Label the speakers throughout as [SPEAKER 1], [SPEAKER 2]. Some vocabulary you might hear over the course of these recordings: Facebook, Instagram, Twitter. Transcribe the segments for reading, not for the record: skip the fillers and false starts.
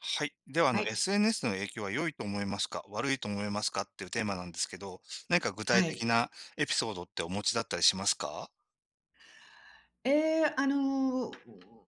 [SPEAKER 1] はい。では、
[SPEAKER 2] はい、
[SPEAKER 1] SNS の影響は良いと思いますか悪いと思いますかっていうテーマなんですけど、何か具体
[SPEAKER 2] は
[SPEAKER 1] 的
[SPEAKER 2] い。
[SPEAKER 1] なエピソードってお持ちだったりしますか？
[SPEAKER 2] えーあの、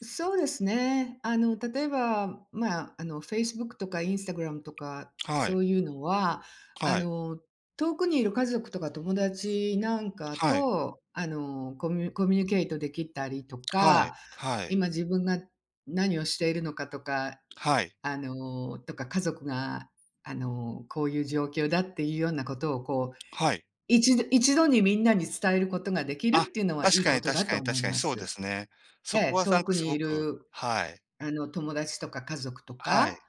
[SPEAKER 2] そうですね。例えば、まあ、Facebook とか Instagram とか、
[SPEAKER 1] は
[SPEAKER 2] そ
[SPEAKER 1] い。
[SPEAKER 2] ういうのは、あ
[SPEAKER 1] はい。
[SPEAKER 2] の、遠くにいる家族とか友達なんか
[SPEAKER 1] はい。
[SPEAKER 2] と、コミュニケートできたりと
[SPEAKER 1] はい。
[SPEAKER 2] か、
[SPEAKER 1] はい。
[SPEAKER 2] 今自分が何をしているのかとか、
[SPEAKER 1] はい。
[SPEAKER 2] とか、家族が、こういう状況だっていうようなことをこう
[SPEAKER 1] はい。
[SPEAKER 2] 一度にみんなに伝えることができるっ
[SPEAKER 1] あ、
[SPEAKER 2] ていうのは
[SPEAKER 1] 確
[SPEAKER 2] いい
[SPEAKER 1] か
[SPEAKER 2] こ
[SPEAKER 1] に
[SPEAKER 2] と
[SPEAKER 1] 確
[SPEAKER 2] だ
[SPEAKER 1] か
[SPEAKER 2] と
[SPEAKER 1] に
[SPEAKER 2] 思
[SPEAKER 1] 確
[SPEAKER 2] い
[SPEAKER 1] かに
[SPEAKER 2] ま
[SPEAKER 1] そうで
[SPEAKER 2] す。
[SPEAKER 1] すね。
[SPEAKER 2] え
[SPEAKER 1] そこ
[SPEAKER 2] え、
[SPEAKER 1] はな
[SPEAKER 2] 遠
[SPEAKER 1] ん
[SPEAKER 2] く
[SPEAKER 1] かす
[SPEAKER 2] に
[SPEAKER 1] ご
[SPEAKER 2] い
[SPEAKER 1] く、
[SPEAKER 2] る
[SPEAKER 1] はい。
[SPEAKER 2] あの友達とか家族と
[SPEAKER 1] はい。
[SPEAKER 2] か、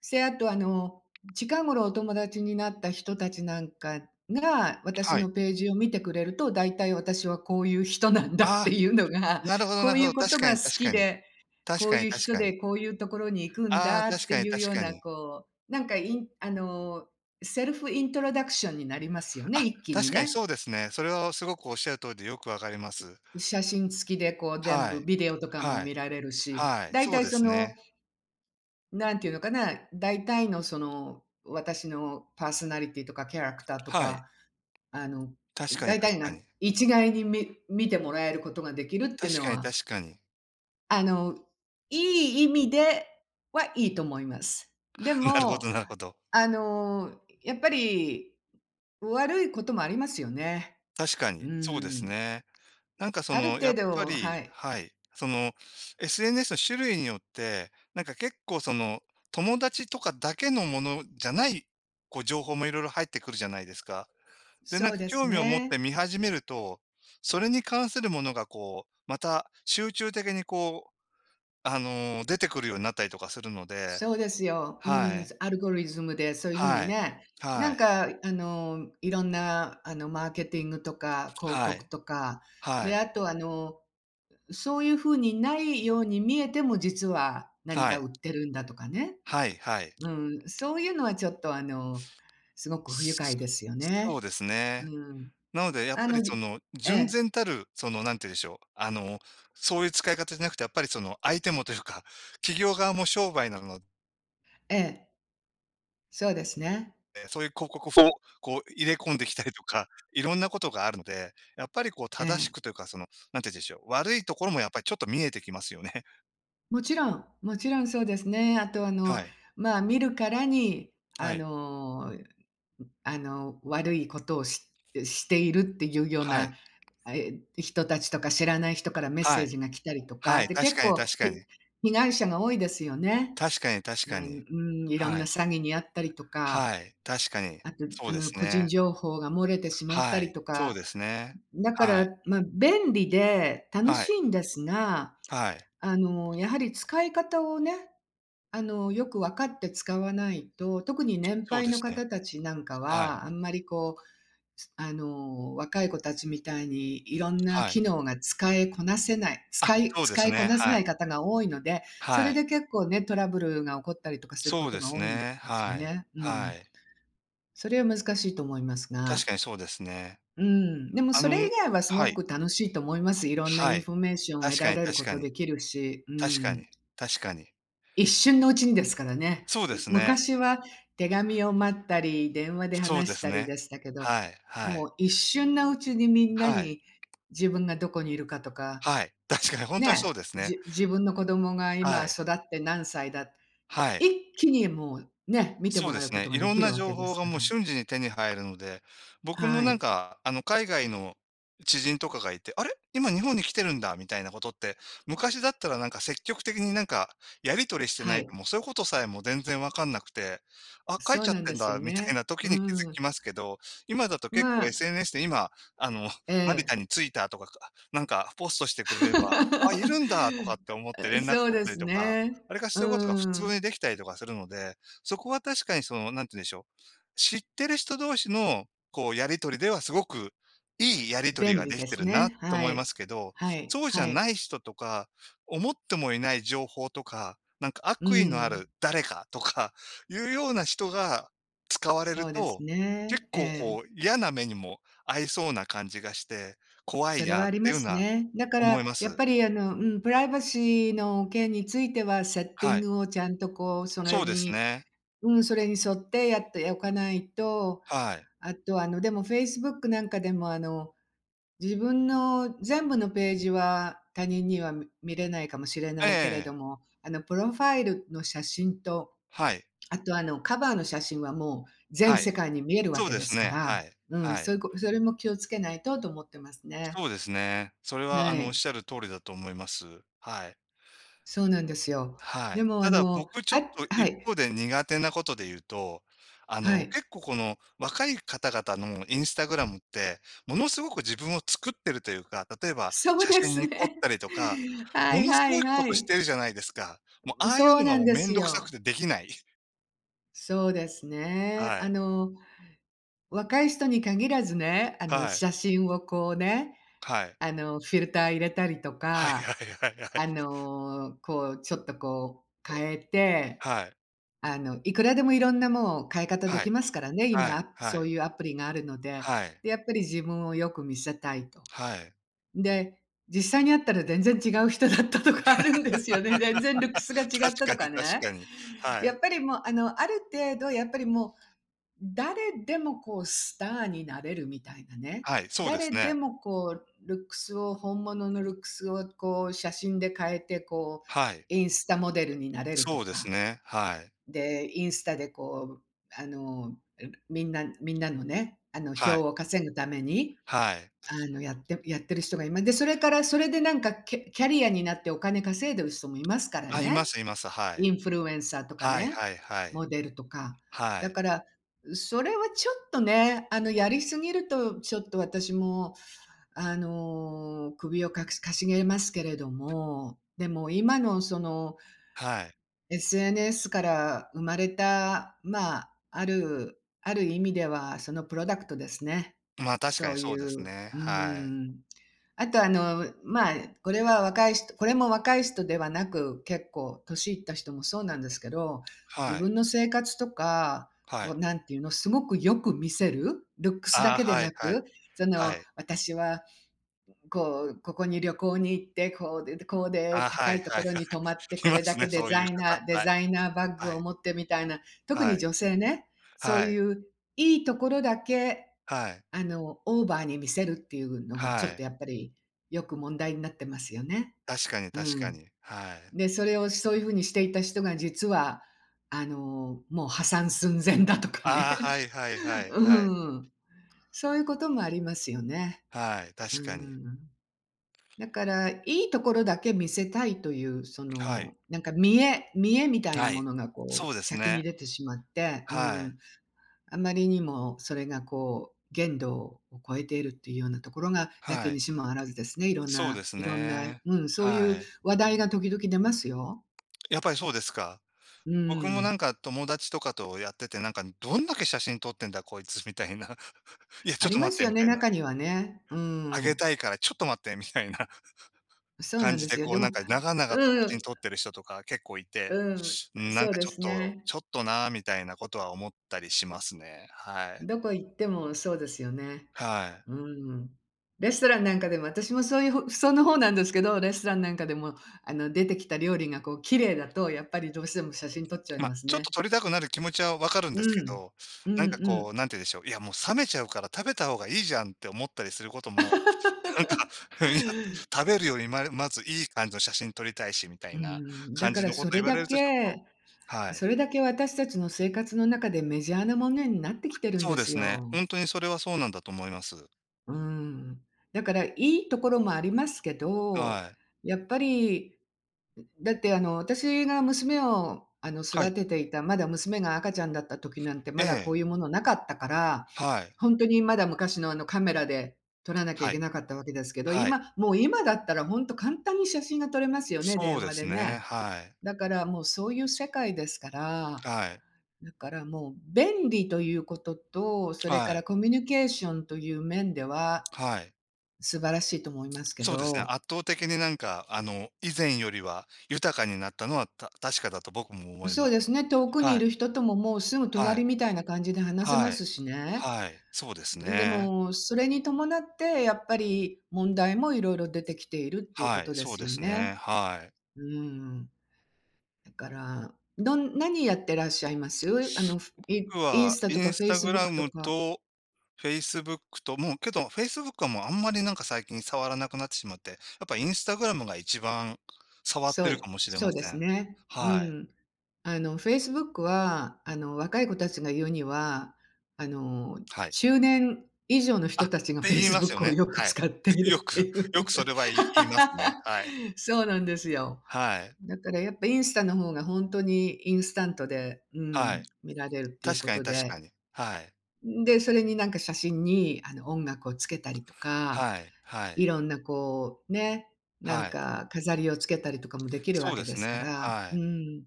[SPEAKER 2] あと近頃お友達になった人たちなんかが、私
[SPEAKER 1] はい。
[SPEAKER 2] のページを見てくれると、だいたい私はこういう人なんだっ
[SPEAKER 1] ああ、
[SPEAKER 2] ていうのが、
[SPEAKER 1] なるほ ど
[SPEAKER 2] こ
[SPEAKER 1] な
[SPEAKER 2] う
[SPEAKER 1] るほ
[SPEAKER 2] いう
[SPEAKER 1] ど。
[SPEAKER 2] こと
[SPEAKER 1] 確か
[SPEAKER 2] が
[SPEAKER 1] に
[SPEAKER 2] 好
[SPEAKER 1] 確
[SPEAKER 2] き
[SPEAKER 1] かに。
[SPEAKER 2] で、
[SPEAKER 1] 確
[SPEAKER 2] こう
[SPEAKER 1] かに
[SPEAKER 2] いう
[SPEAKER 1] 確
[SPEAKER 2] 人
[SPEAKER 1] か
[SPEAKER 2] で
[SPEAKER 1] に。
[SPEAKER 2] こういうところに行くん
[SPEAKER 1] ああ、
[SPEAKER 2] だっ
[SPEAKER 1] 確
[SPEAKER 2] て
[SPEAKER 1] かに
[SPEAKER 2] いう
[SPEAKER 1] 確
[SPEAKER 2] よう
[SPEAKER 1] か
[SPEAKER 2] な
[SPEAKER 1] に。
[SPEAKER 2] こう、なんかインあのセルフイントロダクションになりますよね、
[SPEAKER 1] あ、
[SPEAKER 2] 一気に
[SPEAKER 1] 確かに
[SPEAKER 2] ね。
[SPEAKER 1] そうですね。それはすごくおっしゃる通りでよくわかります。
[SPEAKER 2] 写真付きでこう全
[SPEAKER 1] はい。
[SPEAKER 2] 部ビデオとかも
[SPEAKER 1] はい。
[SPEAKER 2] 見られるし、
[SPEAKER 1] はい、
[SPEAKER 2] 大
[SPEAKER 1] そう
[SPEAKER 2] 体
[SPEAKER 1] で
[SPEAKER 2] そ
[SPEAKER 1] すね。
[SPEAKER 2] の、なんていうのかな、大体のその、私のパーソナリティとかキャラクターと
[SPEAKER 1] はい。
[SPEAKER 2] か、あの、
[SPEAKER 1] 確かに
[SPEAKER 2] 大体
[SPEAKER 1] 確か
[SPEAKER 2] が
[SPEAKER 1] に。
[SPEAKER 2] 一概に見てもらえることができるってい
[SPEAKER 1] 確
[SPEAKER 2] うの
[SPEAKER 1] かに
[SPEAKER 2] は、
[SPEAKER 1] 確かに。
[SPEAKER 2] あの、いい意味ではいいと思います。で
[SPEAKER 1] なるほ
[SPEAKER 2] も、
[SPEAKER 1] どなるほど。
[SPEAKER 2] やっぱり悪いこともありますよね。
[SPEAKER 1] 確か
[SPEAKER 2] う
[SPEAKER 1] に、そうです
[SPEAKER 2] ん。
[SPEAKER 1] ね。なんかそ
[SPEAKER 2] ある
[SPEAKER 1] の、やっ
[SPEAKER 2] 程
[SPEAKER 1] ぱ
[SPEAKER 2] 度
[SPEAKER 1] り
[SPEAKER 2] はい、
[SPEAKER 1] はい、その SNS の種類によって、なんか結構その、友達とかだけのものじゃない、こう情報もいろいろ入ってくるじゃないですか。で、なん
[SPEAKER 2] そう
[SPEAKER 1] か
[SPEAKER 2] です
[SPEAKER 1] 興味を持って
[SPEAKER 2] ね。
[SPEAKER 1] 見始めると、それに関するものがこう、また集中的にこう、出てくるようになったりとかするので、
[SPEAKER 2] そうですよ。う
[SPEAKER 1] は
[SPEAKER 2] ん、
[SPEAKER 1] い。
[SPEAKER 2] アルゴリズムでそういう風
[SPEAKER 1] は
[SPEAKER 2] に
[SPEAKER 1] い。
[SPEAKER 2] ね、な
[SPEAKER 1] は
[SPEAKER 2] ん
[SPEAKER 1] い。
[SPEAKER 2] かいろんなマーケティングとか広
[SPEAKER 1] は
[SPEAKER 2] 告
[SPEAKER 1] い。
[SPEAKER 2] とか、
[SPEAKER 1] は
[SPEAKER 2] で、
[SPEAKER 1] い。
[SPEAKER 2] あとそういう風にないように見えても実は何
[SPEAKER 1] は
[SPEAKER 2] か
[SPEAKER 1] い。
[SPEAKER 2] 売ってるんだとかね。
[SPEAKER 1] はいはい。
[SPEAKER 2] うん、そういうのはちょっとすごく不愉
[SPEAKER 1] そ
[SPEAKER 2] 快ですよね。
[SPEAKER 1] そうですね。
[SPEAKER 2] うん。
[SPEAKER 1] なのでやっ
[SPEAKER 2] あ
[SPEAKER 1] ぱり
[SPEAKER 2] の、
[SPEAKER 1] そ
[SPEAKER 2] じ
[SPEAKER 1] の、
[SPEAKER 2] え
[SPEAKER 1] 純
[SPEAKER 2] え、
[SPEAKER 1] 然たるその、なんて言うんでしょう、そういう使い方じゃなくて、やっぱりその、相手もというか、企業側も商売なの
[SPEAKER 2] ええ、そうですね。
[SPEAKER 1] で、そういう広告をこう入れ込んできたりとか、いろんなことがあるので、やっぱりこう
[SPEAKER 2] え
[SPEAKER 1] 正し
[SPEAKER 2] え。
[SPEAKER 1] くというか、その、なんて言うんでしょう、悪いところもやっぱりちょっと見えてきますよね。
[SPEAKER 2] もちろん、もちろんそうですね。あと
[SPEAKER 1] はい。
[SPEAKER 2] まあ、見るからに、
[SPEAKER 1] はい。
[SPEAKER 2] 悪いことをしているっていうよう
[SPEAKER 1] はい。
[SPEAKER 2] な、人たちとか知らない人からメッ
[SPEAKER 1] は
[SPEAKER 2] セー
[SPEAKER 1] い。
[SPEAKER 2] ジが来たりと
[SPEAKER 1] は
[SPEAKER 2] か、
[SPEAKER 1] い。
[SPEAKER 2] で、
[SPEAKER 1] 確
[SPEAKER 2] 結
[SPEAKER 1] かに
[SPEAKER 2] 構、
[SPEAKER 1] 確かに。
[SPEAKER 2] 被害者が多いですよね。
[SPEAKER 1] 確かに確かに。
[SPEAKER 2] うん、いろん
[SPEAKER 1] は
[SPEAKER 2] な
[SPEAKER 1] い。
[SPEAKER 2] 詐欺にあったりとか、
[SPEAKER 1] はい、確かに。
[SPEAKER 2] あと、
[SPEAKER 1] そうです
[SPEAKER 2] 個人
[SPEAKER 1] ね。
[SPEAKER 2] 情報が漏れてしまった
[SPEAKER 1] は
[SPEAKER 2] り
[SPEAKER 1] い、
[SPEAKER 2] と
[SPEAKER 1] そう
[SPEAKER 2] か。
[SPEAKER 1] ですね。
[SPEAKER 2] だか
[SPEAKER 1] はい、
[SPEAKER 2] ら、まあ、便利で楽
[SPEAKER 1] は
[SPEAKER 2] し
[SPEAKER 1] い、
[SPEAKER 2] いんですが、
[SPEAKER 1] はい。
[SPEAKER 2] やはり使い方をね、よく分かって使わないと、特に年
[SPEAKER 1] そう
[SPEAKER 2] 配
[SPEAKER 1] で
[SPEAKER 2] の
[SPEAKER 1] すね。
[SPEAKER 2] 方たちなんか
[SPEAKER 1] はい、
[SPEAKER 2] は、あんまりこう若い子たちみたいにいろんな
[SPEAKER 1] はい。
[SPEAKER 2] 機能が使いこなせない、
[SPEAKER 1] あ、
[SPEAKER 2] 使い
[SPEAKER 1] そうで
[SPEAKER 2] 使
[SPEAKER 1] す
[SPEAKER 2] いこ
[SPEAKER 1] ね。
[SPEAKER 2] なせ
[SPEAKER 1] は
[SPEAKER 2] ない
[SPEAKER 1] い、
[SPEAKER 2] 方が多いので、そ
[SPEAKER 1] は
[SPEAKER 2] れ
[SPEAKER 1] い。
[SPEAKER 2] で結構ね、トラブルが起こったりとかするこ
[SPEAKER 1] そう
[SPEAKER 2] と
[SPEAKER 1] で
[SPEAKER 2] が
[SPEAKER 1] す
[SPEAKER 2] 多いん
[SPEAKER 1] ね。
[SPEAKER 2] ですよ
[SPEAKER 1] はい、
[SPEAKER 2] ね。う
[SPEAKER 1] は
[SPEAKER 2] ん。
[SPEAKER 1] い。
[SPEAKER 2] それは難しいと思います
[SPEAKER 1] 確
[SPEAKER 2] が、
[SPEAKER 1] かにそうですね。
[SPEAKER 2] うん、でも
[SPEAKER 1] あ
[SPEAKER 2] そ
[SPEAKER 1] の
[SPEAKER 2] れ以外はす
[SPEAKER 1] は
[SPEAKER 2] ご
[SPEAKER 1] い、
[SPEAKER 2] く楽しいと思います。いろんな
[SPEAKER 1] は
[SPEAKER 2] イン
[SPEAKER 1] い。
[SPEAKER 2] フォメーションを得
[SPEAKER 1] 確
[SPEAKER 2] ら
[SPEAKER 1] かに
[SPEAKER 2] れる
[SPEAKER 1] 確
[SPEAKER 2] こ
[SPEAKER 1] か
[SPEAKER 2] と
[SPEAKER 1] に。
[SPEAKER 2] できるし、う
[SPEAKER 1] 確かに、
[SPEAKER 2] ん。
[SPEAKER 1] 確かに。
[SPEAKER 2] 一瞬のうちにですからね。
[SPEAKER 1] そうですね。
[SPEAKER 2] 昔は手紙を待ったり、電話で
[SPEAKER 1] そう
[SPEAKER 2] 話
[SPEAKER 1] で
[SPEAKER 2] し
[SPEAKER 1] す
[SPEAKER 2] たり
[SPEAKER 1] ね。
[SPEAKER 2] でしたけど、
[SPEAKER 1] はい、はい、
[SPEAKER 2] もう一瞬のうちにみんな
[SPEAKER 1] はい、
[SPEAKER 2] に自分がどこにいるかとか、
[SPEAKER 1] はい。確かに本当にそう
[SPEAKER 2] ね、
[SPEAKER 1] ですね。
[SPEAKER 2] 自分の子供が今
[SPEAKER 1] はい、
[SPEAKER 2] 育って何歳だ、
[SPEAKER 1] はい。
[SPEAKER 2] 一気にもうね、見て
[SPEAKER 1] そう
[SPEAKER 2] も
[SPEAKER 1] で
[SPEAKER 2] らう
[SPEAKER 1] す
[SPEAKER 2] こ
[SPEAKER 1] ね。
[SPEAKER 2] とが
[SPEAKER 1] い
[SPEAKER 2] で
[SPEAKER 1] ろん
[SPEAKER 2] きる
[SPEAKER 1] な
[SPEAKER 2] わけ
[SPEAKER 1] 情
[SPEAKER 2] で
[SPEAKER 1] 報
[SPEAKER 2] す
[SPEAKER 1] が
[SPEAKER 2] か
[SPEAKER 1] もう
[SPEAKER 2] ら。
[SPEAKER 1] 瞬時に手に入るので、僕も
[SPEAKER 2] は
[SPEAKER 1] なん
[SPEAKER 2] い。
[SPEAKER 1] か、海外の知人とかがいて、あれ今日本に来てるんだみたいなことって、昔だったらなんか積極的になんかやり取りして
[SPEAKER 2] は
[SPEAKER 1] ない
[SPEAKER 2] い。
[SPEAKER 1] と、もうそういうことさえも全然わかんなくて、あ、帰っ
[SPEAKER 2] そ
[SPEAKER 1] ち
[SPEAKER 2] う
[SPEAKER 1] ゃっ
[SPEAKER 2] なん
[SPEAKER 1] て
[SPEAKER 2] で
[SPEAKER 1] ん
[SPEAKER 2] す
[SPEAKER 1] だ
[SPEAKER 2] よ
[SPEAKER 1] みたい
[SPEAKER 2] ね。
[SPEAKER 1] な時
[SPEAKER 2] う
[SPEAKER 1] に気づ
[SPEAKER 2] ん。
[SPEAKER 1] きますけど、今だと結
[SPEAKER 2] ま
[SPEAKER 1] 構
[SPEAKER 2] あ
[SPEAKER 1] SNS で今、あの、
[SPEAKER 2] え
[SPEAKER 1] 成田
[SPEAKER 2] え。
[SPEAKER 1] に着いたとか、なんかポストしてくれれば、あ、いるんだとかって思って 連絡
[SPEAKER 2] そう
[SPEAKER 1] 取っ
[SPEAKER 2] で
[SPEAKER 1] たり
[SPEAKER 2] す
[SPEAKER 1] とか、
[SPEAKER 2] ね。
[SPEAKER 1] あれか
[SPEAKER 2] う
[SPEAKER 1] そういうことが普通
[SPEAKER 2] ー
[SPEAKER 1] に
[SPEAKER 2] ん。
[SPEAKER 1] できたりとかするので、そこは確かにその、なんて言うんでしょう。知ってる人同士の、こう、やり取りではすごくいいやり取り
[SPEAKER 2] 便
[SPEAKER 1] が
[SPEAKER 2] 利
[SPEAKER 1] でき
[SPEAKER 2] で
[SPEAKER 1] て
[SPEAKER 2] す
[SPEAKER 1] るな
[SPEAKER 2] ね。
[SPEAKER 1] と
[SPEAKER 2] は
[SPEAKER 1] 思いま
[SPEAKER 2] い。
[SPEAKER 1] すけど、
[SPEAKER 2] はい
[SPEAKER 1] そうじゃ
[SPEAKER 2] は
[SPEAKER 1] な
[SPEAKER 2] い。
[SPEAKER 1] い人とか、思ってもいない情報とか、なんか
[SPEAKER 2] う
[SPEAKER 1] 悪意のあ
[SPEAKER 2] ん。
[SPEAKER 1] る誰かとかいうような人が使われる
[SPEAKER 2] そうです
[SPEAKER 1] と、結
[SPEAKER 2] ね。え
[SPEAKER 1] 構
[SPEAKER 2] え。
[SPEAKER 1] こう嫌な目にも合いそうな感じがして、怖い
[SPEAKER 2] それ
[SPEAKER 1] な
[SPEAKER 2] は
[SPEAKER 1] っ
[SPEAKER 2] あり
[SPEAKER 1] てい
[SPEAKER 2] ま
[SPEAKER 1] うの
[SPEAKER 2] す
[SPEAKER 1] は
[SPEAKER 2] ね。だか
[SPEAKER 1] 思
[SPEAKER 2] ら、
[SPEAKER 1] いま
[SPEAKER 2] やっ
[SPEAKER 1] す。
[SPEAKER 2] ぱりうん、プライバシーの件については、セッティ
[SPEAKER 1] は
[SPEAKER 2] ン
[SPEAKER 1] い。
[SPEAKER 2] グをちゃんとこう、そ
[SPEAKER 1] そ
[SPEAKER 2] れ
[SPEAKER 1] うです
[SPEAKER 2] に
[SPEAKER 1] ね。
[SPEAKER 2] うん、それに沿ってやっておかないと、
[SPEAKER 1] はい。
[SPEAKER 2] あとでも Facebook なんかでも自分の全部のページは他人には見れないかもしれ
[SPEAKER 1] え
[SPEAKER 2] ないけれ
[SPEAKER 1] え。
[SPEAKER 2] ども、プロファイルの写真と
[SPEAKER 1] はい。
[SPEAKER 2] あと、カバーの写真はもう全
[SPEAKER 1] はい。
[SPEAKER 2] 世界に見えるわ
[SPEAKER 1] そう
[SPEAKER 2] け
[SPEAKER 1] で
[SPEAKER 2] で
[SPEAKER 1] す
[SPEAKER 2] すか
[SPEAKER 1] ね、は
[SPEAKER 2] ら、
[SPEAKER 1] い。
[SPEAKER 2] うん、
[SPEAKER 1] は
[SPEAKER 2] そう
[SPEAKER 1] い。
[SPEAKER 2] いうそれも気をつけないとと思ってますね。
[SPEAKER 1] そうですね。それはあ
[SPEAKER 2] は
[SPEAKER 1] の、おっ
[SPEAKER 2] い。
[SPEAKER 1] しゃる通りだと思います。はい。
[SPEAKER 2] そうなんですよ。
[SPEAKER 1] は
[SPEAKER 2] で
[SPEAKER 1] い。
[SPEAKER 2] も、
[SPEAKER 1] ただ僕ちょっと
[SPEAKER 2] は
[SPEAKER 1] 一
[SPEAKER 2] い、
[SPEAKER 1] 方で苦手なことで言うと、
[SPEAKER 2] はい。
[SPEAKER 1] 結構この若い方々のインスタグラムって、ものすごく自分を作ってるというか、例えば
[SPEAKER 2] そう
[SPEAKER 1] 写
[SPEAKER 2] で
[SPEAKER 1] 真
[SPEAKER 2] す
[SPEAKER 1] に凝っ
[SPEAKER 2] ね。
[SPEAKER 1] たりとか、
[SPEAKER 2] は
[SPEAKER 1] も
[SPEAKER 2] い
[SPEAKER 1] のす
[SPEAKER 2] は
[SPEAKER 1] ご
[SPEAKER 2] い
[SPEAKER 1] いこ
[SPEAKER 2] は
[SPEAKER 1] として
[SPEAKER 2] い。
[SPEAKER 1] るじゃないですか。もうああいう
[SPEAKER 2] そう
[SPEAKER 1] のが
[SPEAKER 2] な
[SPEAKER 1] も
[SPEAKER 2] ん
[SPEAKER 1] う
[SPEAKER 2] で
[SPEAKER 1] めん
[SPEAKER 2] す
[SPEAKER 1] どくさく
[SPEAKER 2] よ。
[SPEAKER 1] てできない。
[SPEAKER 2] そうですね。
[SPEAKER 1] はい。
[SPEAKER 2] 若い人に限らずね、
[SPEAKER 1] はい。
[SPEAKER 2] 写真をこうね、
[SPEAKER 1] はい。
[SPEAKER 2] フィルター入れたりと
[SPEAKER 1] はいは
[SPEAKER 2] か、
[SPEAKER 1] いはいはい。
[SPEAKER 2] こう、ちょっとこう変えて
[SPEAKER 1] はい。
[SPEAKER 2] いくらでもいろんなもう変え方で
[SPEAKER 1] はい。
[SPEAKER 2] きますからね、
[SPEAKER 1] は
[SPEAKER 2] 今
[SPEAKER 1] い。は
[SPEAKER 2] そ
[SPEAKER 1] い。
[SPEAKER 2] ういうアプリがあるので。
[SPEAKER 1] はい。
[SPEAKER 2] で、やっぱり自分をよく見せたいと。
[SPEAKER 1] はい。
[SPEAKER 2] で、実際に会ったら全然違う人だったとかあるんですよね。全然ルックスが違 っ
[SPEAKER 1] 確
[SPEAKER 2] た
[SPEAKER 1] か
[SPEAKER 2] と
[SPEAKER 1] に
[SPEAKER 2] か
[SPEAKER 1] 確
[SPEAKER 2] ね。
[SPEAKER 1] かに。は
[SPEAKER 2] や
[SPEAKER 1] い。
[SPEAKER 2] っぱりもう、ある程度やっぱりもう、誰でもこうスターになれるみたいなね。
[SPEAKER 1] はい、そうです
[SPEAKER 2] 誰で
[SPEAKER 1] ね。
[SPEAKER 2] もこうルックスを本物のルックスをこう写真で変えて、こ
[SPEAKER 1] はい。
[SPEAKER 2] うインスタモデルになれると
[SPEAKER 1] そうです
[SPEAKER 2] か。
[SPEAKER 1] ね。はい。
[SPEAKER 2] で、インスタでこう、あの、みんなのね、
[SPEAKER 1] はい。
[SPEAKER 2] 票を稼ぐために、
[SPEAKER 1] はい。
[SPEAKER 2] やってる人がいまで、それからそれでなんか、キャリアになってお金稼いでる人もいますから
[SPEAKER 1] あ、いま
[SPEAKER 2] ね。
[SPEAKER 1] すいます。はい。
[SPEAKER 2] インフルエンサーとか
[SPEAKER 1] はい
[SPEAKER 2] ね、
[SPEAKER 1] はいはい。
[SPEAKER 2] モデルとか。
[SPEAKER 1] は
[SPEAKER 2] だ
[SPEAKER 1] い。
[SPEAKER 2] から、それはちょっとね、やりすぎるとちょっと私も、首をかしげますけれども、でも今のその
[SPEAKER 1] はい。
[SPEAKER 2] SNS から生まれた、まあ、ある意味では、そのプロダクトですね。
[SPEAKER 1] まあ、確か
[SPEAKER 2] そ
[SPEAKER 1] に
[SPEAKER 2] う
[SPEAKER 1] そ
[SPEAKER 2] い
[SPEAKER 1] うです
[SPEAKER 2] う、
[SPEAKER 1] ね。
[SPEAKER 2] うー
[SPEAKER 1] はい。
[SPEAKER 2] ん。あとまあ、これも若い人ではなく、結構年いった人もそうなんですけど、自
[SPEAKER 1] はい。
[SPEAKER 2] 分の生活とか
[SPEAKER 1] は
[SPEAKER 2] を、
[SPEAKER 1] い。
[SPEAKER 2] なんていうの、すごくよく見せる、ルックスだ
[SPEAKER 1] ああ、
[SPEAKER 2] けで
[SPEAKER 1] はい
[SPEAKER 2] な
[SPEAKER 1] はい。
[SPEAKER 2] く、そ
[SPEAKER 1] は
[SPEAKER 2] の、
[SPEAKER 1] い。
[SPEAKER 2] 私はこう、ここに旅行に行って、こうでこうで、
[SPEAKER 1] ああ、は
[SPEAKER 2] 高
[SPEAKER 1] い
[SPEAKER 2] いと
[SPEAKER 1] はい。
[SPEAKER 2] ころに泊まって、
[SPEAKER 1] い
[SPEAKER 2] こ
[SPEAKER 1] ま
[SPEAKER 2] れ
[SPEAKER 1] す
[SPEAKER 2] だけ
[SPEAKER 1] ね、
[SPEAKER 2] デ
[SPEAKER 1] そうい
[SPEAKER 2] ザ
[SPEAKER 1] う
[SPEAKER 2] イナ
[SPEAKER 1] 方。
[SPEAKER 2] ーデ
[SPEAKER 1] はい。
[SPEAKER 2] ザイナーバッグ
[SPEAKER 1] は
[SPEAKER 2] を
[SPEAKER 1] い。
[SPEAKER 2] 持ってみたいな、特
[SPEAKER 1] は
[SPEAKER 2] に
[SPEAKER 1] い。
[SPEAKER 2] 女性ね、そう
[SPEAKER 1] はい。
[SPEAKER 2] いういいところだけ、
[SPEAKER 1] はい。
[SPEAKER 2] オーバーに見せるっていうのがちょ
[SPEAKER 1] は
[SPEAKER 2] っと
[SPEAKER 1] い。
[SPEAKER 2] やっぱり、よく問題になってますよね。
[SPEAKER 1] 確かに
[SPEAKER 2] う
[SPEAKER 1] 確か
[SPEAKER 2] ん。
[SPEAKER 1] に。はい。
[SPEAKER 2] で、それをそういう風にしていた人が実は、もう破産寸前だとかね。
[SPEAKER 1] ああ、はいはいは いは
[SPEAKER 2] う
[SPEAKER 1] い。
[SPEAKER 2] ん。そういうこともありますよね。
[SPEAKER 1] はい、
[SPEAKER 2] う
[SPEAKER 1] 確かに。
[SPEAKER 2] ん。だから、いいところだけ見せたいという、そ
[SPEAKER 1] はい。
[SPEAKER 2] の、なんか見栄みたいな
[SPEAKER 1] は
[SPEAKER 2] も
[SPEAKER 1] い。
[SPEAKER 2] のが
[SPEAKER 1] そ
[SPEAKER 2] こ
[SPEAKER 1] う
[SPEAKER 2] う、
[SPEAKER 1] です
[SPEAKER 2] 先
[SPEAKER 1] ね。
[SPEAKER 2] に出てしまって、う
[SPEAKER 1] はい。
[SPEAKER 2] ん、あまりにもそれがこう、限度を超えているっていうようなところが、な
[SPEAKER 1] は
[SPEAKER 2] き
[SPEAKER 1] い。
[SPEAKER 2] にしもあらずですね。いろん
[SPEAKER 1] そうで
[SPEAKER 2] な
[SPEAKER 1] す
[SPEAKER 2] いろんな、
[SPEAKER 1] ね。
[SPEAKER 2] うん、そういう
[SPEAKER 1] はい。
[SPEAKER 2] 話題が時々出ますよ。
[SPEAKER 1] やっぱりそうですか？
[SPEAKER 2] う
[SPEAKER 1] 僕もな
[SPEAKER 2] ん。
[SPEAKER 1] んか友達とかとやってて、なんかどんだけ写真撮ってんだこいつみたいな。いや、ち
[SPEAKER 2] あ
[SPEAKER 1] ょっ
[SPEAKER 2] り
[SPEAKER 1] と待
[SPEAKER 2] ま
[SPEAKER 1] っ
[SPEAKER 2] す
[SPEAKER 1] て
[SPEAKER 2] よ
[SPEAKER 1] み
[SPEAKER 2] ね、
[SPEAKER 1] たいな。
[SPEAKER 2] 中にはね。う
[SPEAKER 1] あげ
[SPEAKER 2] ん。
[SPEAKER 1] たいからちょっと待ってみたいな
[SPEAKER 2] そう
[SPEAKER 1] 感
[SPEAKER 2] なん
[SPEAKER 1] じ
[SPEAKER 2] で
[SPEAKER 1] で、
[SPEAKER 2] すよ。
[SPEAKER 1] こ
[SPEAKER 2] で
[SPEAKER 1] うなん
[SPEAKER 2] も
[SPEAKER 1] か長々と
[SPEAKER 2] う
[SPEAKER 1] 写真
[SPEAKER 2] ん、
[SPEAKER 1] 撮ってる人とか結構いて、
[SPEAKER 2] うん、
[SPEAKER 1] うん、なん
[SPEAKER 2] そう
[SPEAKER 1] か
[SPEAKER 2] で
[SPEAKER 1] ちょっ
[SPEAKER 2] す
[SPEAKER 1] と、
[SPEAKER 2] ね。
[SPEAKER 1] ちょっとなーみたいなことは思ったりしますね。はい。
[SPEAKER 2] どこ行ってもそうですよね。
[SPEAKER 1] はい。
[SPEAKER 2] うーん。レストランなんかでも、私もそういうその方なんですけど、レストランなんかでも、出てきた料理がこう綺麗だと、やっぱりどうしても写真撮っちゃい
[SPEAKER 1] まあ、
[SPEAKER 2] ます
[SPEAKER 1] ちょっと
[SPEAKER 2] ね。
[SPEAKER 1] 取りたくなる気持ちはわかるんで
[SPEAKER 2] う
[SPEAKER 1] すけ
[SPEAKER 2] ん。
[SPEAKER 1] ど、
[SPEAKER 2] う
[SPEAKER 1] な
[SPEAKER 2] ん
[SPEAKER 1] ん
[SPEAKER 2] う
[SPEAKER 1] かこう、
[SPEAKER 2] ん。
[SPEAKER 1] なんて言うんでしょう、いやもう冷めちゃうから食べた方がいいじゃんって思ったりすることも、なんか、いや、食べるよりまずいい感じの写真撮りたいしみたい
[SPEAKER 2] うー
[SPEAKER 1] な
[SPEAKER 2] ん、だ
[SPEAKER 1] 感
[SPEAKER 2] か
[SPEAKER 1] じの
[SPEAKER 2] ら
[SPEAKER 1] こ
[SPEAKER 2] そ
[SPEAKER 1] と
[SPEAKER 2] れ
[SPEAKER 1] 言わ
[SPEAKER 2] だ
[SPEAKER 1] れるとちょっ
[SPEAKER 2] け
[SPEAKER 1] とはい。
[SPEAKER 2] それだけ私たちの生活の中でメジャーなものになってきてるん
[SPEAKER 1] そう
[SPEAKER 2] で
[SPEAKER 1] で
[SPEAKER 2] す
[SPEAKER 1] すね。
[SPEAKER 2] よ。
[SPEAKER 1] 本当にそれはそうなんだと思います。
[SPEAKER 2] うーん。だからいいところもありますけど、
[SPEAKER 1] はい。
[SPEAKER 2] やっぱりだって私が娘を
[SPEAKER 1] は
[SPEAKER 2] 育
[SPEAKER 1] い。
[SPEAKER 2] てていた、まだ娘が赤ちゃんだった時なんて、
[SPEAKER 1] え
[SPEAKER 2] まだこう
[SPEAKER 1] え。
[SPEAKER 2] いうものなかったから、
[SPEAKER 1] はい。
[SPEAKER 2] ほんとにまだ昔のカメラで撮らなきゃい
[SPEAKER 1] はい。
[SPEAKER 2] けなかったわけですけど、
[SPEAKER 1] はい。
[SPEAKER 2] 今もう今だったらほんと簡単に写真が撮れますよね、
[SPEAKER 1] そう
[SPEAKER 2] 電
[SPEAKER 1] で
[SPEAKER 2] 話
[SPEAKER 1] す
[SPEAKER 2] で
[SPEAKER 1] ね。
[SPEAKER 2] ね。
[SPEAKER 1] はい。
[SPEAKER 2] だからもうそういう世界ですから、
[SPEAKER 1] はい。
[SPEAKER 2] だからもう便利ということと、それ
[SPEAKER 1] は
[SPEAKER 2] から
[SPEAKER 1] い。
[SPEAKER 2] コミュニケーションという面では
[SPEAKER 1] はい。
[SPEAKER 2] 素晴らしいと思いますけ
[SPEAKER 1] そうですね、
[SPEAKER 2] ど。
[SPEAKER 1] 圧倒的になんかあの、以前よりは豊かになったのは、確かだと僕も思いま
[SPEAKER 2] そう
[SPEAKER 1] す。
[SPEAKER 2] ですね、遠くに
[SPEAKER 1] は
[SPEAKER 2] い
[SPEAKER 1] い、
[SPEAKER 2] る人とももうすぐ
[SPEAKER 1] はい、
[SPEAKER 2] 隣みたいな感じで話せま
[SPEAKER 1] はい、
[SPEAKER 2] すしね。
[SPEAKER 1] はい、そうです
[SPEAKER 2] で
[SPEAKER 1] ね。
[SPEAKER 2] も、それに伴ってやっぱり問題もいろいろ出てきているっていうこ
[SPEAKER 1] はい、
[SPEAKER 2] とで
[SPEAKER 1] そう
[SPEAKER 2] す
[SPEAKER 1] で
[SPEAKER 2] よ
[SPEAKER 1] す
[SPEAKER 2] ね。
[SPEAKER 1] ね、はい。
[SPEAKER 2] うん。だから、何やってらっしゃいます？イ
[SPEAKER 1] 僕
[SPEAKER 2] イン
[SPEAKER 1] は
[SPEAKER 2] スタ
[SPEAKER 1] イ
[SPEAKER 2] と
[SPEAKER 1] ン
[SPEAKER 2] かフ
[SPEAKER 1] ス
[SPEAKER 2] ェイ
[SPEAKER 1] タ
[SPEAKER 2] ス
[SPEAKER 1] グ
[SPEAKER 2] ブッ
[SPEAKER 1] ラ
[SPEAKER 2] クと
[SPEAKER 1] ム
[SPEAKER 2] か
[SPEAKER 1] とフェイスブックと、もうけどフェイスブックはもうあんまりなんか最近触らなくなってしまって、やっぱインスタグラムが一番触っ
[SPEAKER 2] そ
[SPEAKER 1] て
[SPEAKER 2] う
[SPEAKER 1] る
[SPEAKER 2] で
[SPEAKER 1] かもしれ
[SPEAKER 2] そ
[SPEAKER 1] ま
[SPEAKER 2] うで
[SPEAKER 1] せ
[SPEAKER 2] す
[SPEAKER 1] ん。
[SPEAKER 2] ね。う
[SPEAKER 1] はい、
[SPEAKER 2] ん。Facebook は、若い子たちが言うには、あの、
[SPEAKER 1] はい。
[SPEAKER 2] 中年以上の
[SPEAKER 1] あ、
[SPEAKER 2] 人
[SPEAKER 1] っ
[SPEAKER 2] たちが
[SPEAKER 1] て言いますよ
[SPEAKER 2] Facebook を
[SPEAKER 1] ね。
[SPEAKER 2] よく
[SPEAKER 1] はい。
[SPEAKER 2] 使ってい
[SPEAKER 1] で、
[SPEAKER 2] るっ
[SPEAKER 1] よ
[SPEAKER 2] て
[SPEAKER 1] く
[SPEAKER 2] いう。
[SPEAKER 1] よくそれは、言いますね。はい。
[SPEAKER 2] そうなんですよ。
[SPEAKER 1] はい、
[SPEAKER 2] だからやっぱインスタの方が本当にインスタントで、う
[SPEAKER 1] はい。
[SPEAKER 2] ん、見られるっていう
[SPEAKER 1] 確
[SPEAKER 2] こ
[SPEAKER 1] かに
[SPEAKER 2] と
[SPEAKER 1] 確か
[SPEAKER 2] で、
[SPEAKER 1] に。はい。
[SPEAKER 2] で、それになんか写真に、音楽をつけたりとか
[SPEAKER 1] はい。は
[SPEAKER 2] い
[SPEAKER 1] い。
[SPEAKER 2] ろんなこう、ね、な
[SPEAKER 1] は
[SPEAKER 2] ん
[SPEAKER 1] い。
[SPEAKER 2] か飾りをつけたりとかもできる
[SPEAKER 1] そ
[SPEAKER 2] わ
[SPEAKER 1] うで
[SPEAKER 2] けで
[SPEAKER 1] す
[SPEAKER 2] すか
[SPEAKER 1] ね。
[SPEAKER 2] ら、
[SPEAKER 1] はい。
[SPEAKER 2] うん。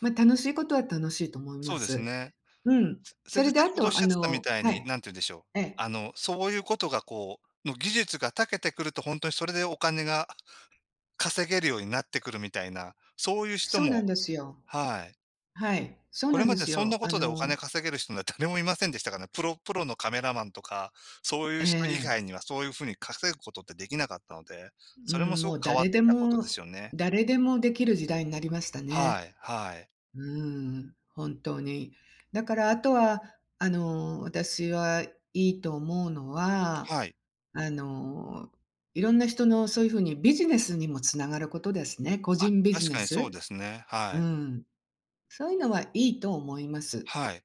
[SPEAKER 2] まあ、楽しいことは楽しいと思いま
[SPEAKER 1] そうです
[SPEAKER 2] す。
[SPEAKER 1] ね。
[SPEAKER 2] うん。
[SPEAKER 1] そ
[SPEAKER 2] そ
[SPEAKER 1] れで
[SPEAKER 2] れで
[SPEAKER 1] 先
[SPEAKER 2] あ
[SPEAKER 1] ほどおっ
[SPEAKER 2] と、
[SPEAKER 1] し
[SPEAKER 2] あ
[SPEAKER 1] ゃってたみ
[SPEAKER 2] の
[SPEAKER 1] たい
[SPEAKER 2] は
[SPEAKER 1] に、
[SPEAKER 2] い、
[SPEAKER 1] なんて言うんでしょ
[SPEAKER 2] え
[SPEAKER 1] う、
[SPEAKER 2] え。
[SPEAKER 1] そういうことがの技術が長けてくると、ほんとにそれでお金が稼げるようになってくるみたいな、そういう人
[SPEAKER 2] そうな
[SPEAKER 1] も
[SPEAKER 2] んですよ。
[SPEAKER 1] はい。
[SPEAKER 2] はい、そう
[SPEAKER 1] こ
[SPEAKER 2] な
[SPEAKER 1] れ
[SPEAKER 2] ん
[SPEAKER 1] ま
[SPEAKER 2] で
[SPEAKER 1] で
[SPEAKER 2] す
[SPEAKER 1] そん
[SPEAKER 2] よ。
[SPEAKER 1] なこ
[SPEAKER 2] あ
[SPEAKER 1] とでお金
[SPEAKER 2] の
[SPEAKER 1] 稼げる人なんて誰もいませんでしたからね。プロのカメラマンとか、そういう
[SPEAKER 2] え
[SPEAKER 1] 人以
[SPEAKER 2] え、
[SPEAKER 1] 外にはそういう風に稼ぐことってできなかったので、
[SPEAKER 2] う
[SPEAKER 1] それも
[SPEAKER 2] ん、
[SPEAKER 1] すご
[SPEAKER 2] も
[SPEAKER 1] く
[SPEAKER 2] う
[SPEAKER 1] 変わっ
[SPEAKER 2] 誰
[SPEAKER 1] て
[SPEAKER 2] で
[SPEAKER 1] きたことで
[SPEAKER 2] も
[SPEAKER 1] すよね。
[SPEAKER 2] 誰でもできる時代になりました
[SPEAKER 1] は
[SPEAKER 2] ね。
[SPEAKER 1] い、はい。
[SPEAKER 2] うん、本当に。だからあとは、私はいいと思うのは、
[SPEAKER 1] はい。
[SPEAKER 2] あの、いろんな人のそういうふうにビジネスにもつながることですね。個
[SPEAKER 1] あ、
[SPEAKER 2] 人ビジ
[SPEAKER 1] 確
[SPEAKER 2] ネ
[SPEAKER 1] かにそう
[SPEAKER 2] ス。
[SPEAKER 1] ですね。
[SPEAKER 2] う
[SPEAKER 1] はい。
[SPEAKER 2] ん。そういうのはいいと思います。
[SPEAKER 1] はい。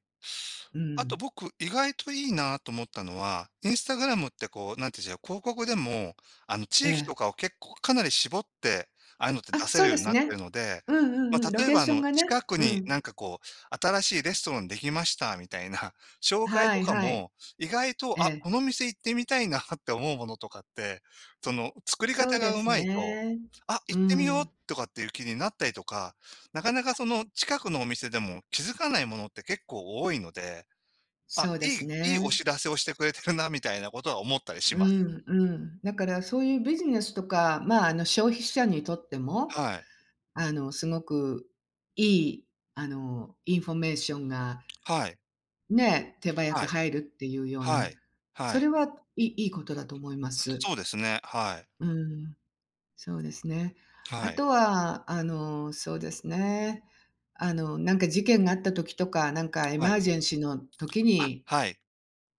[SPEAKER 2] う
[SPEAKER 1] あと
[SPEAKER 2] ん。
[SPEAKER 1] 僕、意外といいなと思ったのは、インスタグラムってこう、なんていうんでしょう、広告でも、
[SPEAKER 2] え
[SPEAKER 1] 地域と
[SPEAKER 2] え。
[SPEAKER 1] かを結構かなり絞って、ああいうのって
[SPEAKER 2] あ、
[SPEAKER 1] 出せ
[SPEAKER 2] そ
[SPEAKER 1] る
[SPEAKER 2] う
[SPEAKER 1] よう
[SPEAKER 2] で
[SPEAKER 1] に
[SPEAKER 2] す
[SPEAKER 1] なってる
[SPEAKER 2] ね。
[SPEAKER 1] ので、
[SPEAKER 2] うんう
[SPEAKER 1] ま
[SPEAKER 2] ん
[SPEAKER 1] あ、
[SPEAKER 2] うん、ロ
[SPEAKER 1] 例え
[SPEAKER 2] ケー
[SPEAKER 1] ば、
[SPEAKER 2] ションがね。
[SPEAKER 1] 近く
[SPEAKER 2] う
[SPEAKER 1] にな
[SPEAKER 2] ん。
[SPEAKER 1] んかこう、新しいレストランできましたみたいな 紹介
[SPEAKER 2] は
[SPEAKER 1] と
[SPEAKER 2] い
[SPEAKER 1] か
[SPEAKER 2] はい。
[SPEAKER 1] も、意外
[SPEAKER 2] え
[SPEAKER 1] と、あ、
[SPEAKER 2] え。
[SPEAKER 1] この店行ってみたいなって思うものとかって、その、作り
[SPEAKER 2] そ
[SPEAKER 1] 方
[SPEAKER 2] う
[SPEAKER 1] が
[SPEAKER 2] で
[SPEAKER 1] う
[SPEAKER 2] す
[SPEAKER 1] まいと、
[SPEAKER 2] ね。
[SPEAKER 1] あ、
[SPEAKER 2] う
[SPEAKER 1] 行ってみよう
[SPEAKER 2] ん。
[SPEAKER 1] とかっていう気になったりとか、なかなかその近くのお店でも気づかないものって結構多いので、あ、
[SPEAKER 2] そうです
[SPEAKER 1] いいお
[SPEAKER 2] ね。
[SPEAKER 1] 知らせをしてくれてるなみたいなことは思ったりし
[SPEAKER 2] う
[SPEAKER 1] ます。
[SPEAKER 2] んうん。だからそういうビジネスとか、まあ、消費者にとっても、
[SPEAKER 1] はい。
[SPEAKER 2] すごくいい、インフォメーションが
[SPEAKER 1] はい。
[SPEAKER 2] ね、手早
[SPEAKER 1] は
[SPEAKER 2] く
[SPEAKER 1] い。
[SPEAKER 2] 入るっていうよう
[SPEAKER 1] は
[SPEAKER 2] な、
[SPEAKER 1] い。は
[SPEAKER 2] そ
[SPEAKER 1] い。
[SPEAKER 2] れはいいことだと思います。
[SPEAKER 1] そうですね。はい。
[SPEAKER 2] うん、そうですね。あ
[SPEAKER 1] はい。
[SPEAKER 2] とは、そうですね、なんか事件があった時とか、なんかエ
[SPEAKER 1] は
[SPEAKER 2] マ
[SPEAKER 1] い。
[SPEAKER 2] ージェンシーの時
[SPEAKER 1] あ、
[SPEAKER 2] に、
[SPEAKER 1] はい。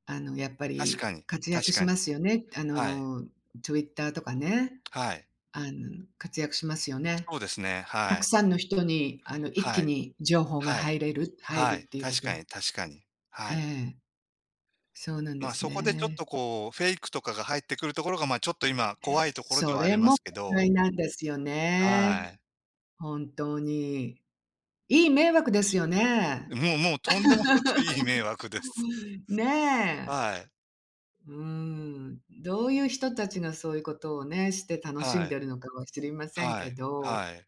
[SPEAKER 2] やっぱ
[SPEAKER 1] 確
[SPEAKER 2] り
[SPEAKER 1] かに
[SPEAKER 2] 活躍
[SPEAKER 1] 確
[SPEAKER 2] し
[SPEAKER 1] かに。
[SPEAKER 2] ますよね。
[SPEAKER 1] はい。
[SPEAKER 2] Twitter とかね。
[SPEAKER 1] はい。
[SPEAKER 2] 活躍しますよね。
[SPEAKER 1] そうですね。
[SPEAKER 2] た
[SPEAKER 1] は
[SPEAKER 2] く
[SPEAKER 1] い。
[SPEAKER 2] さんの人に、一
[SPEAKER 1] は
[SPEAKER 2] 気
[SPEAKER 1] い。
[SPEAKER 2] に情報が
[SPEAKER 1] はい。
[SPEAKER 2] 入る
[SPEAKER 1] は
[SPEAKER 2] っ
[SPEAKER 1] い。
[SPEAKER 2] ていうこ
[SPEAKER 1] 確か
[SPEAKER 2] と。
[SPEAKER 1] に確かに。
[SPEAKER 2] え
[SPEAKER 1] はい。
[SPEAKER 2] え、そうなん
[SPEAKER 1] ま、
[SPEAKER 2] で
[SPEAKER 1] あ
[SPEAKER 2] す
[SPEAKER 1] そこでちょっ
[SPEAKER 2] ね。
[SPEAKER 1] とこうフェイクとかが入ってくるところが、ま、あちょっと今怖いところで
[SPEAKER 2] そ
[SPEAKER 1] はあり
[SPEAKER 2] れ
[SPEAKER 1] ま
[SPEAKER 2] も
[SPEAKER 1] すけ
[SPEAKER 2] 問
[SPEAKER 1] ど、
[SPEAKER 2] 題なんですよ
[SPEAKER 1] は
[SPEAKER 2] ね。
[SPEAKER 1] い。
[SPEAKER 2] 本当に。いい迷惑ですよね。
[SPEAKER 1] もうもうとんでもなくいい迷惑です。
[SPEAKER 2] ねえ。
[SPEAKER 1] はい。
[SPEAKER 2] うーん。どういう人たちがそういうことをね、して楽し
[SPEAKER 1] は
[SPEAKER 2] ん
[SPEAKER 1] い。
[SPEAKER 2] でるのかは知りません
[SPEAKER 1] は
[SPEAKER 2] け
[SPEAKER 1] い。
[SPEAKER 2] ど。
[SPEAKER 1] はい。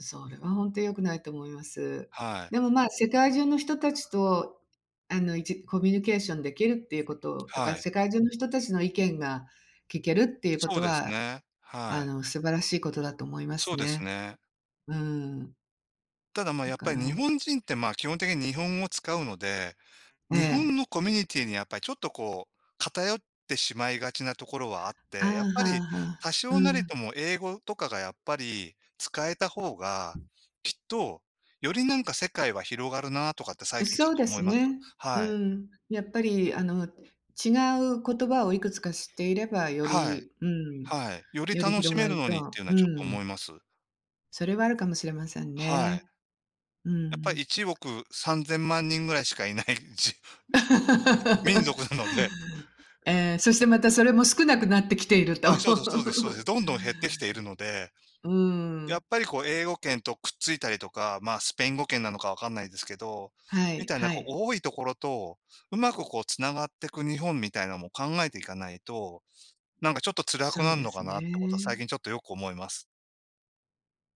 [SPEAKER 2] それは本当に良くないと思います。
[SPEAKER 1] はい。
[SPEAKER 2] でも、まあ、世界中の人たちと、いちコミュニケーションできるっていうことと
[SPEAKER 1] は
[SPEAKER 2] か、
[SPEAKER 1] い。
[SPEAKER 2] 世界中の人たちの意見が聞けるっていうこ
[SPEAKER 1] そう
[SPEAKER 2] と
[SPEAKER 1] です
[SPEAKER 2] は、
[SPEAKER 1] ね。はい。
[SPEAKER 2] 素晴らしいことだと思いま
[SPEAKER 1] そう
[SPEAKER 2] す
[SPEAKER 1] です
[SPEAKER 2] ね。
[SPEAKER 1] ね。
[SPEAKER 2] うん。
[SPEAKER 1] ただ、ま、
[SPEAKER 2] だ
[SPEAKER 1] やっぱ
[SPEAKER 2] か
[SPEAKER 1] り
[SPEAKER 2] ら
[SPEAKER 1] 日本人って、ま、基本的に日本語を使うので、
[SPEAKER 2] え
[SPEAKER 1] 日本
[SPEAKER 2] え。
[SPEAKER 1] のコミュニティにやっぱりちょっとこう、偏しまいがちなところはあっ
[SPEAKER 2] ああ、
[SPEAKER 1] て、やっぱ
[SPEAKER 2] はあ
[SPEAKER 1] り
[SPEAKER 2] はあ。
[SPEAKER 1] 多
[SPEAKER 2] う
[SPEAKER 1] 少なり
[SPEAKER 2] ん。
[SPEAKER 1] とも英語とかがやっぱり使えた方が、きっと、よりなんか世界は広がるなとかって最近ちょ
[SPEAKER 2] そ
[SPEAKER 1] っ
[SPEAKER 2] う
[SPEAKER 1] と
[SPEAKER 2] で
[SPEAKER 1] 思
[SPEAKER 2] す
[SPEAKER 1] います。
[SPEAKER 2] ね。う
[SPEAKER 1] はい。
[SPEAKER 2] ん。やっぱり、違う言葉をいくつか知っていれば、よ
[SPEAKER 1] はい。
[SPEAKER 2] りうん、
[SPEAKER 1] はい。より
[SPEAKER 2] より
[SPEAKER 1] 楽し
[SPEAKER 2] 広
[SPEAKER 1] め
[SPEAKER 2] が
[SPEAKER 1] る
[SPEAKER 2] り
[SPEAKER 1] のにって
[SPEAKER 2] と
[SPEAKER 1] いうのは
[SPEAKER 2] う
[SPEAKER 1] ちょっと思
[SPEAKER 2] ん。
[SPEAKER 1] います。
[SPEAKER 2] それはあるかもしれません
[SPEAKER 1] はい。
[SPEAKER 2] ね。う
[SPEAKER 1] やっぱり
[SPEAKER 2] ん。
[SPEAKER 1] 1億3000万人ぐらいしかいない じ民族なの で、
[SPEAKER 2] ええ、そしてまたそれも少なくなってきていると。
[SPEAKER 1] あ、そうですそうです。どんどん減ってきているので、
[SPEAKER 2] う
[SPEAKER 1] やっ
[SPEAKER 2] ん、
[SPEAKER 1] ぱりこう英語圏とくっついたりとか、まあ、スペイン語圏なのかわかんないですけど、
[SPEAKER 2] は
[SPEAKER 1] み
[SPEAKER 2] い
[SPEAKER 1] たいな
[SPEAKER 2] は
[SPEAKER 1] こう
[SPEAKER 2] い。
[SPEAKER 1] 多いところと、うまくこうつながっていく日本みたいなのも考えていかないと、なんかちょっと辛
[SPEAKER 2] そ
[SPEAKER 1] くな
[SPEAKER 2] う
[SPEAKER 1] ん
[SPEAKER 2] で
[SPEAKER 1] のか
[SPEAKER 2] す
[SPEAKER 1] なってことは最
[SPEAKER 2] ね。
[SPEAKER 1] 近ちょっとよく思います。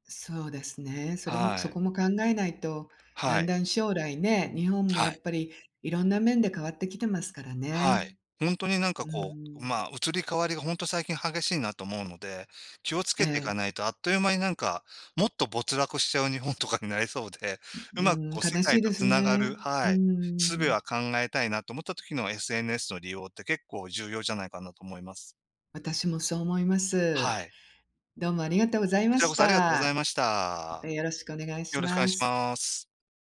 [SPEAKER 2] そうですね。それも
[SPEAKER 1] は
[SPEAKER 2] そ
[SPEAKER 1] い。
[SPEAKER 2] こも考えないと、だ
[SPEAKER 1] は
[SPEAKER 2] ん
[SPEAKER 1] い。
[SPEAKER 2] だん将来ね、日本もや
[SPEAKER 1] は
[SPEAKER 2] っ
[SPEAKER 1] い。
[SPEAKER 2] ぱりいろんな面で変わってきてますから
[SPEAKER 1] は
[SPEAKER 2] ね。
[SPEAKER 1] い。本当になんか
[SPEAKER 2] う
[SPEAKER 1] こう、
[SPEAKER 2] ん、
[SPEAKER 1] まあ、移り変わりが本当最近激しいなと思うので、気をつ
[SPEAKER 2] え
[SPEAKER 1] けていか
[SPEAKER 2] え、
[SPEAKER 1] ないとあっという間になんか、もっと没落しちゃう日本とかになりそうで、
[SPEAKER 2] う
[SPEAKER 1] うまく
[SPEAKER 2] ん、
[SPEAKER 1] こう世
[SPEAKER 2] 悲
[SPEAKER 1] 界
[SPEAKER 2] しい
[SPEAKER 1] と
[SPEAKER 2] で
[SPEAKER 1] つ
[SPEAKER 2] す
[SPEAKER 1] なが
[SPEAKER 2] ね。
[SPEAKER 1] るは
[SPEAKER 2] う
[SPEAKER 1] い、術
[SPEAKER 2] ん、
[SPEAKER 1] は考えたいなと思った時の SNS の利用って結構重要じゃないかなと思います。
[SPEAKER 2] 私もそう思います。
[SPEAKER 1] はい。
[SPEAKER 2] どうもありがとうござい
[SPEAKER 1] こ
[SPEAKER 2] ま
[SPEAKER 1] ちらこ
[SPEAKER 2] し
[SPEAKER 1] そありがとうご
[SPEAKER 2] た。
[SPEAKER 1] ざいまし
[SPEAKER 2] また
[SPEAKER 1] た。
[SPEAKER 2] よろしくお願い
[SPEAKER 1] よ
[SPEAKER 2] し
[SPEAKER 1] ろしくお願い
[SPEAKER 2] ま
[SPEAKER 1] し
[SPEAKER 2] す。
[SPEAKER 1] ます。